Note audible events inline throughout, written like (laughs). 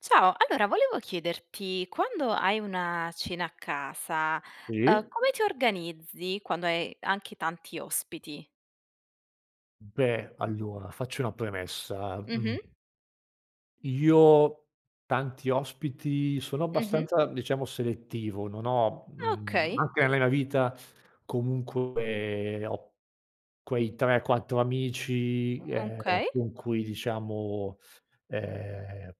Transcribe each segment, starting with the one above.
Ciao, allora volevo chiederti, quando hai una cena a casa, Sì. Come ti organizzi quando hai anche tanti ospiti? Beh, allora faccio una premessa. Mhmm, Mh-mh, io, tanti ospiti, sono mh-mh. abbastanza, diciamo, selettivo. Non ho Okay, anche nella mia vita comunque ho quei 3, 4 amici, okay. con cui diciamo, ehm,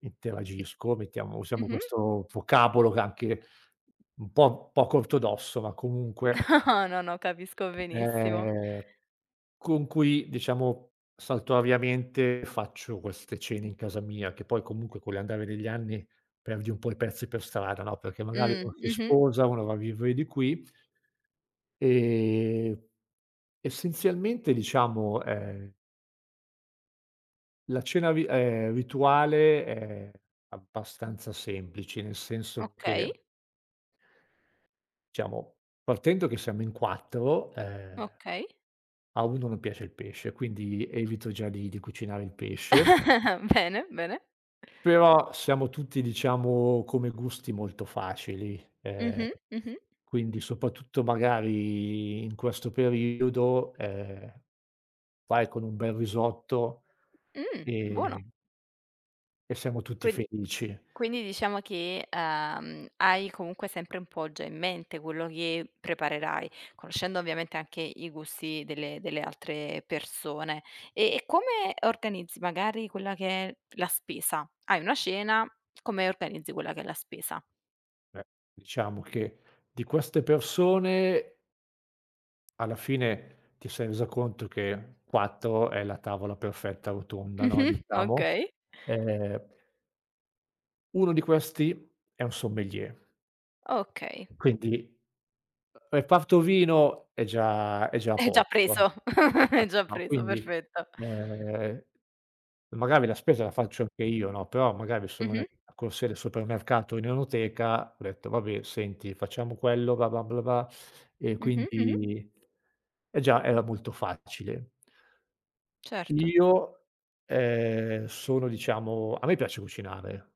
interagisco, mettiamo usiamo Mh-mh. questo vocabolo che è anche un po' poco ortodosso, ma comunque, (laughs) No, no, capisco benissimo. ehm Con cui, diciamo, saltuariamente faccio queste cene in casa mia, che poi comunque con l'andare degli anni perdi un po' i pezzi per strada, no, perché magari uno si Mh-mh. sposa, uno va a vivere di qui. ehm, essenzialmente diciamo, la cena ri rituale è abbastanza semplice, nel senso Okay, che, diciamo, partendo che siamo in 4, okay. a uno non piace il pesce, quindi evito già di cucinare il pesce. (laughs) Bene, bene. Però siamo tutti, diciamo, come gusti molto facili, Mh-mh, mh-mh. quindi soprattutto magari in questo periodo, vai con un bel risotto Buono. e e siamo tutti Quin felici. Quindi diciamo che, hai comunque sempre un po' già in mente quello che preparerai, conoscendo ovviamente anche i gusti delle altre persone. E come organizzi magari quella che è la spesa? Hai una cena, come organizzi quella che è la spesa? Eh, diciamo che di queste persone alla fine ti sei resa conto che 4 è la tavola perfetta rotonda, no, Mh-mh, diciamo. okay, Ehm, uno di questi è un sommelier, okay. quindi reparto vino è già È già poco, no, preso, (laughs) è esatto, già no, preso, quindi, perfetto. ehm, magari la spesa la faccio anche io, no, però magari sono nella Mh-mh, corsia del supermercato in enoteca, ho detto: "Vabbè, senti, facciamo quello bla, bla, bla, bla", e mh-mh, mh-mh, quindi eh, già era molto facile. certo. Io, sono, diciamo, a me piace cucinare.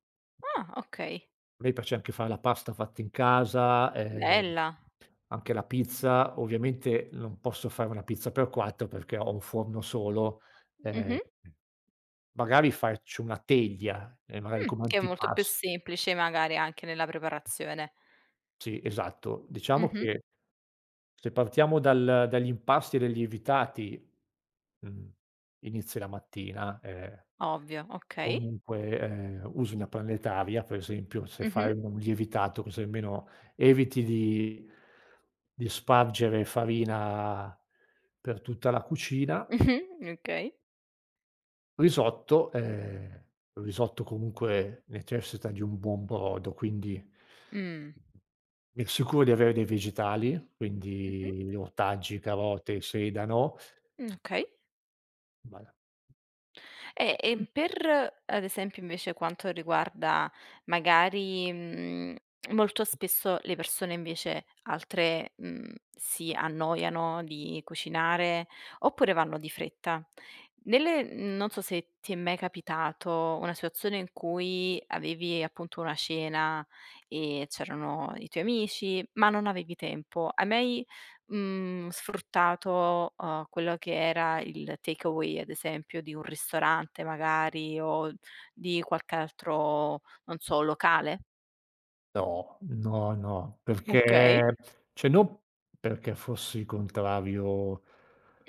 Ah, okay, A me piace anche fare la pasta fatta in casa, bella. anche la pizza. Ovviamente non posso fare una pizza per 4 perché ho un forno solo, ehm, Mh-mh. magari faccio una teglia, magari come Che è molto più antipas semplice magari anche nella preparazione. sì, esatto. Diciamo Mh-mh, che se partiamo dal dagli impasti e dai lievitati, mhmm, inizi la mattina, ovvio, okay. Comunque, usi una planetaria, per esempio, se Mh-mh, fai un lievitato, così almeno eviti di spargere farina per tutta la cucina. (laughs) mh-mh, okay. Risotto, il risotto comunque necessita di un buon brodo, quindi Mh. mi assicuro di avere dei vegetali, Mh-mh, quindi ortaggi, carote, sedano, okay. ma E per, ad esempio, invece quanto riguarda magari, molto spesso le persone invece altre, si annoiano di cucinare oppure vanno di fretta. Non so se ti è mai capitato una situazione in cui avevi appunto una cena e c'erano i tuoi amici, ma non avevi tempo. Hai mai sfruttato, quello che era il take away, ad esempio, di un ristorante magari o di qualche altro, non so, locale. no, no, no, Okay. perché, cioè, non perché fossi contrario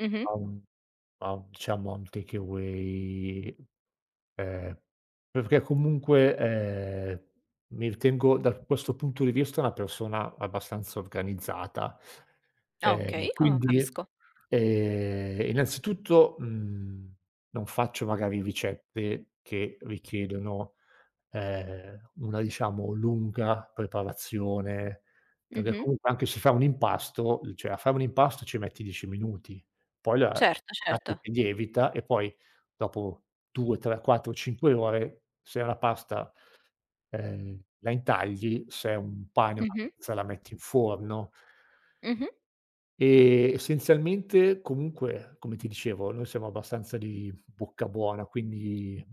Mh-mh. a un a un take away, ehm, perché comunque, mi ritengo da questo punto di vista una persona abbastanza organizzata. Ah, okay, oh, Quindi, capisco. Innanzitutto, non faccio magari ricette che richiedono una, diciamo, lunga preparazione, perché Mh-mh. comunque anche se fai un impasto, l cioè a fare un impasto ci metti 10 minuti, poi la Certo, certo. lasci che lievita e poi dopo 2, 3, 4, 5 ore se è una pasta, la intagli, se è un pane, una Mh-mh. pizza la metti in forno. Mh-mh. Essenzialmente comunque, come ti dicevo, noi siamo abbastanza di bocca buona, quindi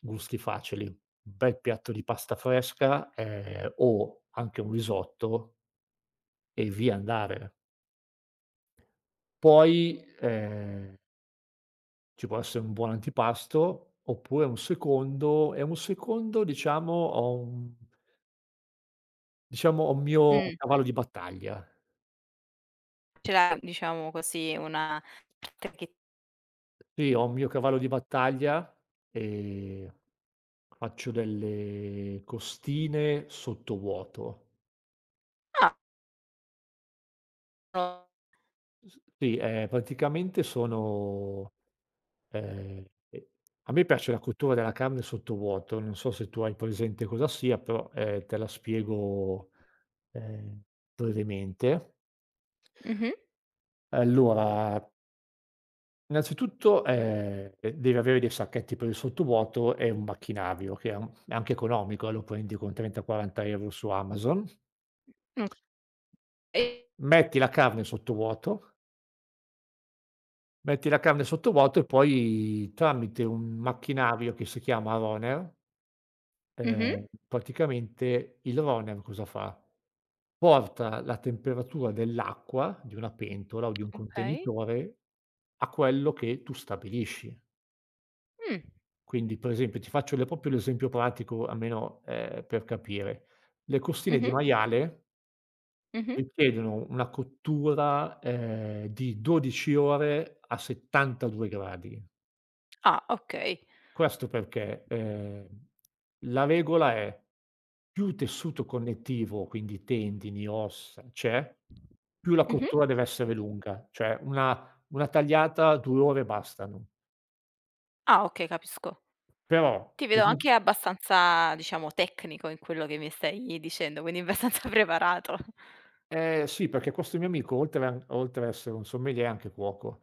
gusti facili. Un bel piatto di pasta fresca, o anche un risotto e via andare. Poi, ci può essere un buon antipasto, oppure un secondo, e un secondo, diciamo, ho un mio Mh. cavallo di battaglia. Ce l'ha, diciamo così, una parte che Sì, ho un mio cavallo di battaglia e faccio delle costine sottovuoto. ah, o S sì, praticamente sono ehm, e a me piace la cottura della carne sottovuoto, non so se tu hai presente cosa sia, però, te la spiego, ehm, brevemente. Mh. mh-mh. Allora, innanzitutto, devi avere dei sacchetti per il sottovuoto e un macchinario che è an è anche economico, lo prendi con 30, 40 € su Amazon. Okay. Metti la carne sottovuoto, e poi tramite un macchinario che si chiama roner, Mh-mh. Praticamente il roner cosa fa? Porta la temperatura dell'acqua di una pentola o di un Okay. contenitore a quello che tu stabilisci. Mh. Quindi, per esempio, ti faccio le proprio l'esempio pratico, almeno, per capire. Le costine di Mh-mh. maiale Mh-mh. richiedono una cottura, di 12 ore a 72 gradi. Ah, okay. Questo perché, la regola è: più tessuto connettivo, quindi tendini, ossa, c'è, più la Mh-mh. cottura deve essere lunga, cioè una tagliata 2 ore bastano. Ah, okay, capisco. Però Ti il vedo van anche abbastanza, diciamo, tecnico in quello che mi stai dicendo, quindi abbastanza (laughs) preparato. Eh sì, perché questo mio amico oltre a essere un sommelier è anche cuoco.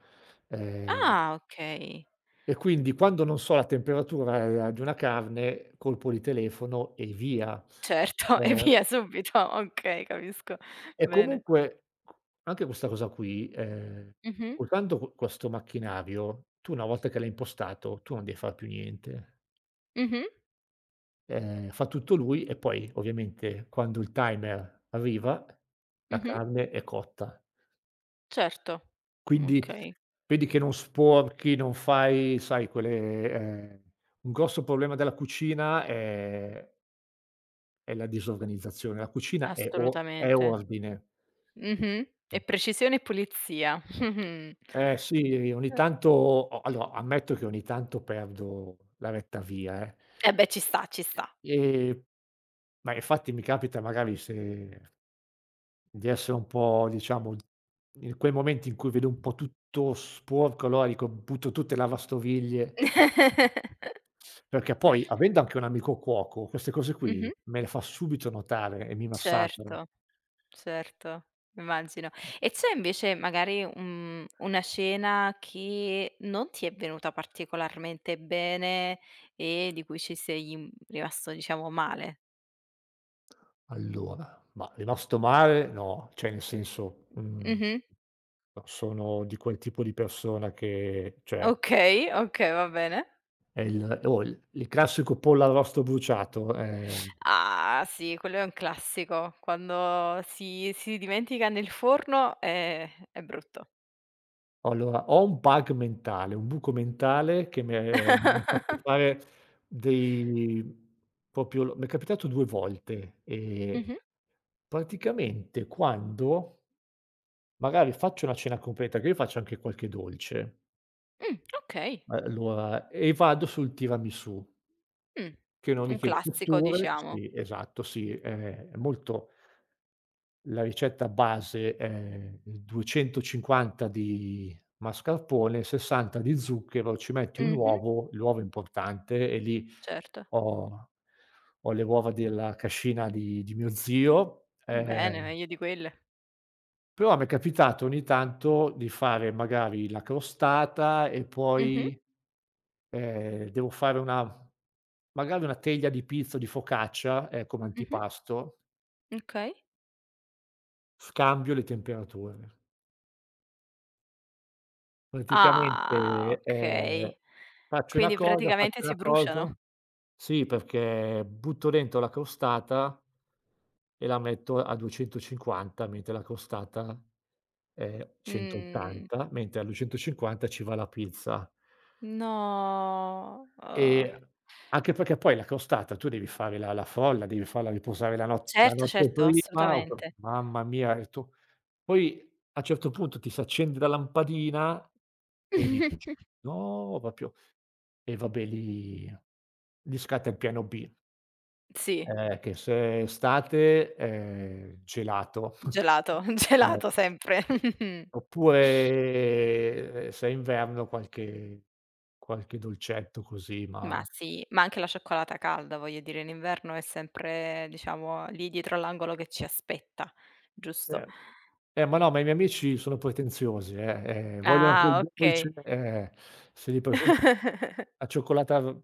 Ehm Ah, okay. e quindi quando non so la temperatura, di una carne, colpo di telefono e via. Certo, (laughs) e Ehm, via subito. Okay, capisco. e Bene. comunque anche questa cosa qui, Mh-mh. usando q questo macchinario, tu, una volta che l'hai impostato, tu non devi far più niente. Mh-mh. Fa tutto lui e poi ovviamente quando il timer arriva, la Mh-mh. carne è cotta. Certo. Quindi Okay, vedi che non sporchi, non fai, sai, quelle un grosso problema della cucina è la disorganizzazione. La cucina è o è assolutamente. ordine. Mh-mh. Mh. E precisione e pulizia. (laughs) Mh-mh. Eh sì, ogni tanto, o allora ammetto che ogni tanto perdo la retta via, eh. Eh beh, ci sta, ci Sì. sta. Ehm, ma infatti mi capita magari se... Di essere un po', diciamo, in quei momenti in cui vedo un po' tutto sporco, allora dico: "Butto tutte le lavastoviglie". (laughs) Perché poi, avendo anche un amico cuoco, queste cose qui Mh-mh. me le fa subito notare e mi massacra. Certo. Certo, immagino. E c'è invece magari un una scena che non ti è venuta particolarmente bene e di cui ci sei, rimasto diciamo male? Allora, ma rimasto male no, cioè, nel senso, Mh-mh. sono di quel tipo di persona che, cioè, Okay, okay, va bene. è il o il il classico pollo arrosto bruciato, Ah sì, quello è un classico. Quando si dimentica nel forno è brutto. Allora, ho un bug mentale, un buco mentale che mi ha fatto (laughs) fare dei, proprio l mi è capitato 2 volte, Mh-mh. praticamente quando magari faccio una cena completa, che io faccio anche qualche dolce, Okay. allora vado sul tiramisù, Mh. che non Un richiede classico cotture. diciamo. Sì, esatto, sì, è molto... La ricetta base è 250 di mascarpone, 60 di zucchero, ci metti un Mh-mh, uovo, l'uovo è importante, e lì certo. ho ho le uova della cascina di mio zio, Bene, meglio di quelle. però m'è capitato ogni tanto di fare magari la crostata e Mh-mh, poi, devo fare una magari una teglia di pizza o di focaccia, come mh-mh. antipasto, Okay. scambio le temperature. Ah, Praticamente, okay. Quindi faccio praticamente si una bruciano. cosa, sì, perché butto dentro la crostata e la metto a 250, mentre la crostata è Mh. 180, mentre a 250 ci va la pizza. No. Oh. E anche perché poi la crostata tu devi fare la frolla, devi farla riposare la not la Certo, notte certo, prima o assolutamente. mamma mia, e tu poi a certo punto ti si accende la lampadina e dici: (laughs) "No, proprio..." E vabbè, lì scatta il piano B, Sì, che se è estate, gelato. (laughs) gelato, Ehm, gelato sempre. (laughs) oppure, se è inverno, qualche dolcetto così, ma... Ma sì, ma anche la cioccolata calda, voglio dire, in inverno è sempre, diciamo, lì dietro l'angolo che ci aspetta, giusto? eh, ma no, ma i miei amici sono pretenziosi, vogliono che il Ah, okay. dolce, se li presen (laughs) la cioccolata v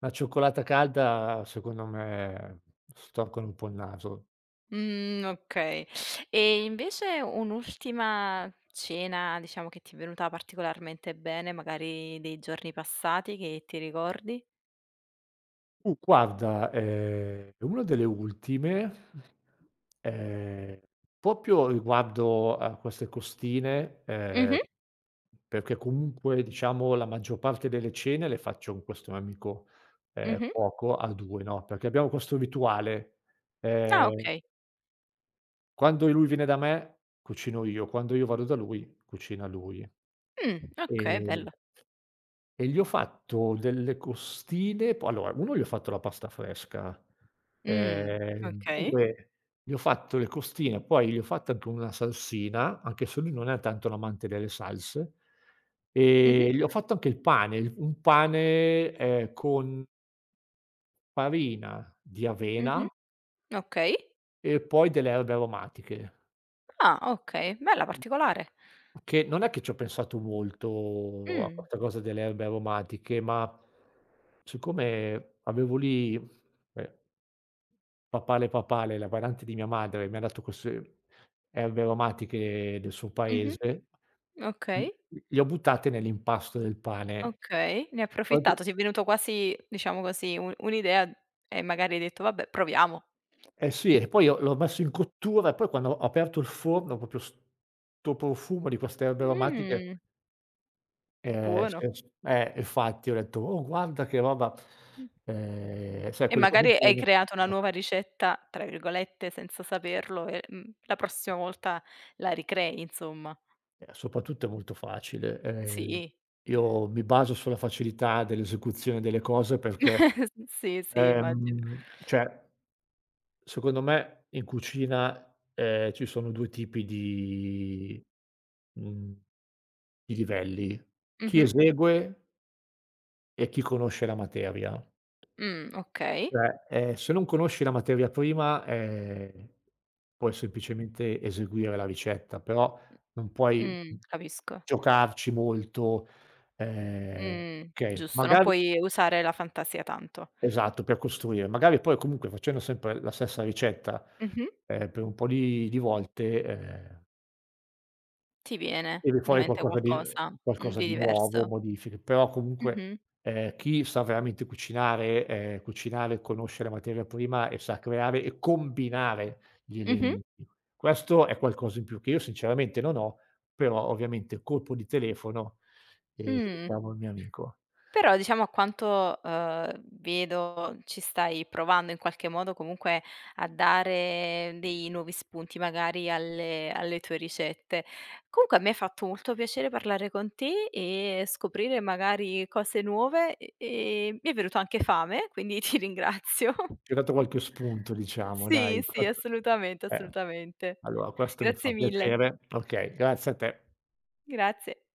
la cioccolata calda, secondo me, storcono un po' il naso. Mhmm, okay. E invece un'ultima cena, diciamo, che ti è venuta particolarmente bene, magari dei giorni passati che ti ricordi? Guarda, una delle ultime, ehm, proprio riguardo a queste costine, Mh-mh, perché comunque, diciamo, la maggior parte delle cene le faccio con questo mio amico, mh-mh. cuoco, a 2, no, perché abbiamo questo rituale, Ah, ehm, okay. quando lui viene da me cucino io, quando io vado da lui cucina lui. Okay, Ehm bello. e gli ho fatto delle costine, po allora, 1 gli ho fatto la pasta fresca, Mh, okay. 2 gli ho fatto le costine, poi gli ho fatto anche una salsina, anche se lui non è tanto un amante delle salse, e Mh-mh, gli ho fatto anche il pane, il un pane, con farina di avena mh-mh. Okay. e poi delle erbe aromatiche. Ah, okay, bella, particolare. Che non è che ci ho pensato molto a Mh, questa cosa delle erbe aromatiche, ma siccome avevo lì, ehm papale, papale, la parente di mia madre mi ha dato queste erbe aromatiche del suo mh-mh. paese, li Okay, le ho buttate nell'impasto del pane. okay. Ne hai Infatti, approfittato, ti è venuto quasi, diciamo così, u un'idea e magari hai detto: "Vabbè, proviamo." eh sì, e poi ho l'ho messo in cottura e poi quando ho aperto il forno, proprio 'sto profumo di queste erbe aromatiche... Mh, buono. sì, s infatti ho detto: "Oh, guarda che roba", Mh. Sai, E quelle cose un magari po' hai creato una inaspettate. nuova ricetta, tra virgolette, senza saperlo e, la prossima volta la ricrei insomma. Soprattutto è molto facile. Sì, Io mi baso sulla facilità dell'esecuzione delle cose, perché, (laughs) S sì, sì, immagino. Cioè, secondo me in cucina, ci sono 2 tipi di mhmm, di livelli: chi Mh-mh. esegue e chi conosce la materia. Okay. Cioè, se non conosci la materia prima, puoi semplicemente eseguire la ricetta, però non puoi, Capisco. giocarci molto, ehm, Mh, okay, giusto, non magari, puoi usare la fantasia tanto. esatto, per costruire. Magari poi comunque facendo sempre la stessa ricetta, Mh-mh. Per un po' di volte, Ti viene Tiri in fuori mente qualcosa di qualcosa, di nuovo, diverso. modifiche, però comunque, Mh-mh. Chi sa veramente cucinare, conosce la materia prima e sa creare e combinare gli Mh-mh. elementi. Questo è qualcosa in più che io sinceramente non ho, però ovviamente colpo di telefono, ehm, Mh. chiamo il mio amico. Però diciamo a quanto, vedo ci stai provando in qualche modo comunque a dare dei nuovi spunti magari alle tue ricette. Comunque mi ha fatto molto piacere parlare con te e scoprire magari cose nuove e mi è venuto anche fame, quindi ti ringrazio. Ci ho (laughs) dato qualche spunto, diciamo, dai. (laughs) Sì, Ho sì, fatto... assolutamente, Eh. assolutamente. Allora, questo mi fa Grazie mille. piacere. Okay, grazie a te. Grazie.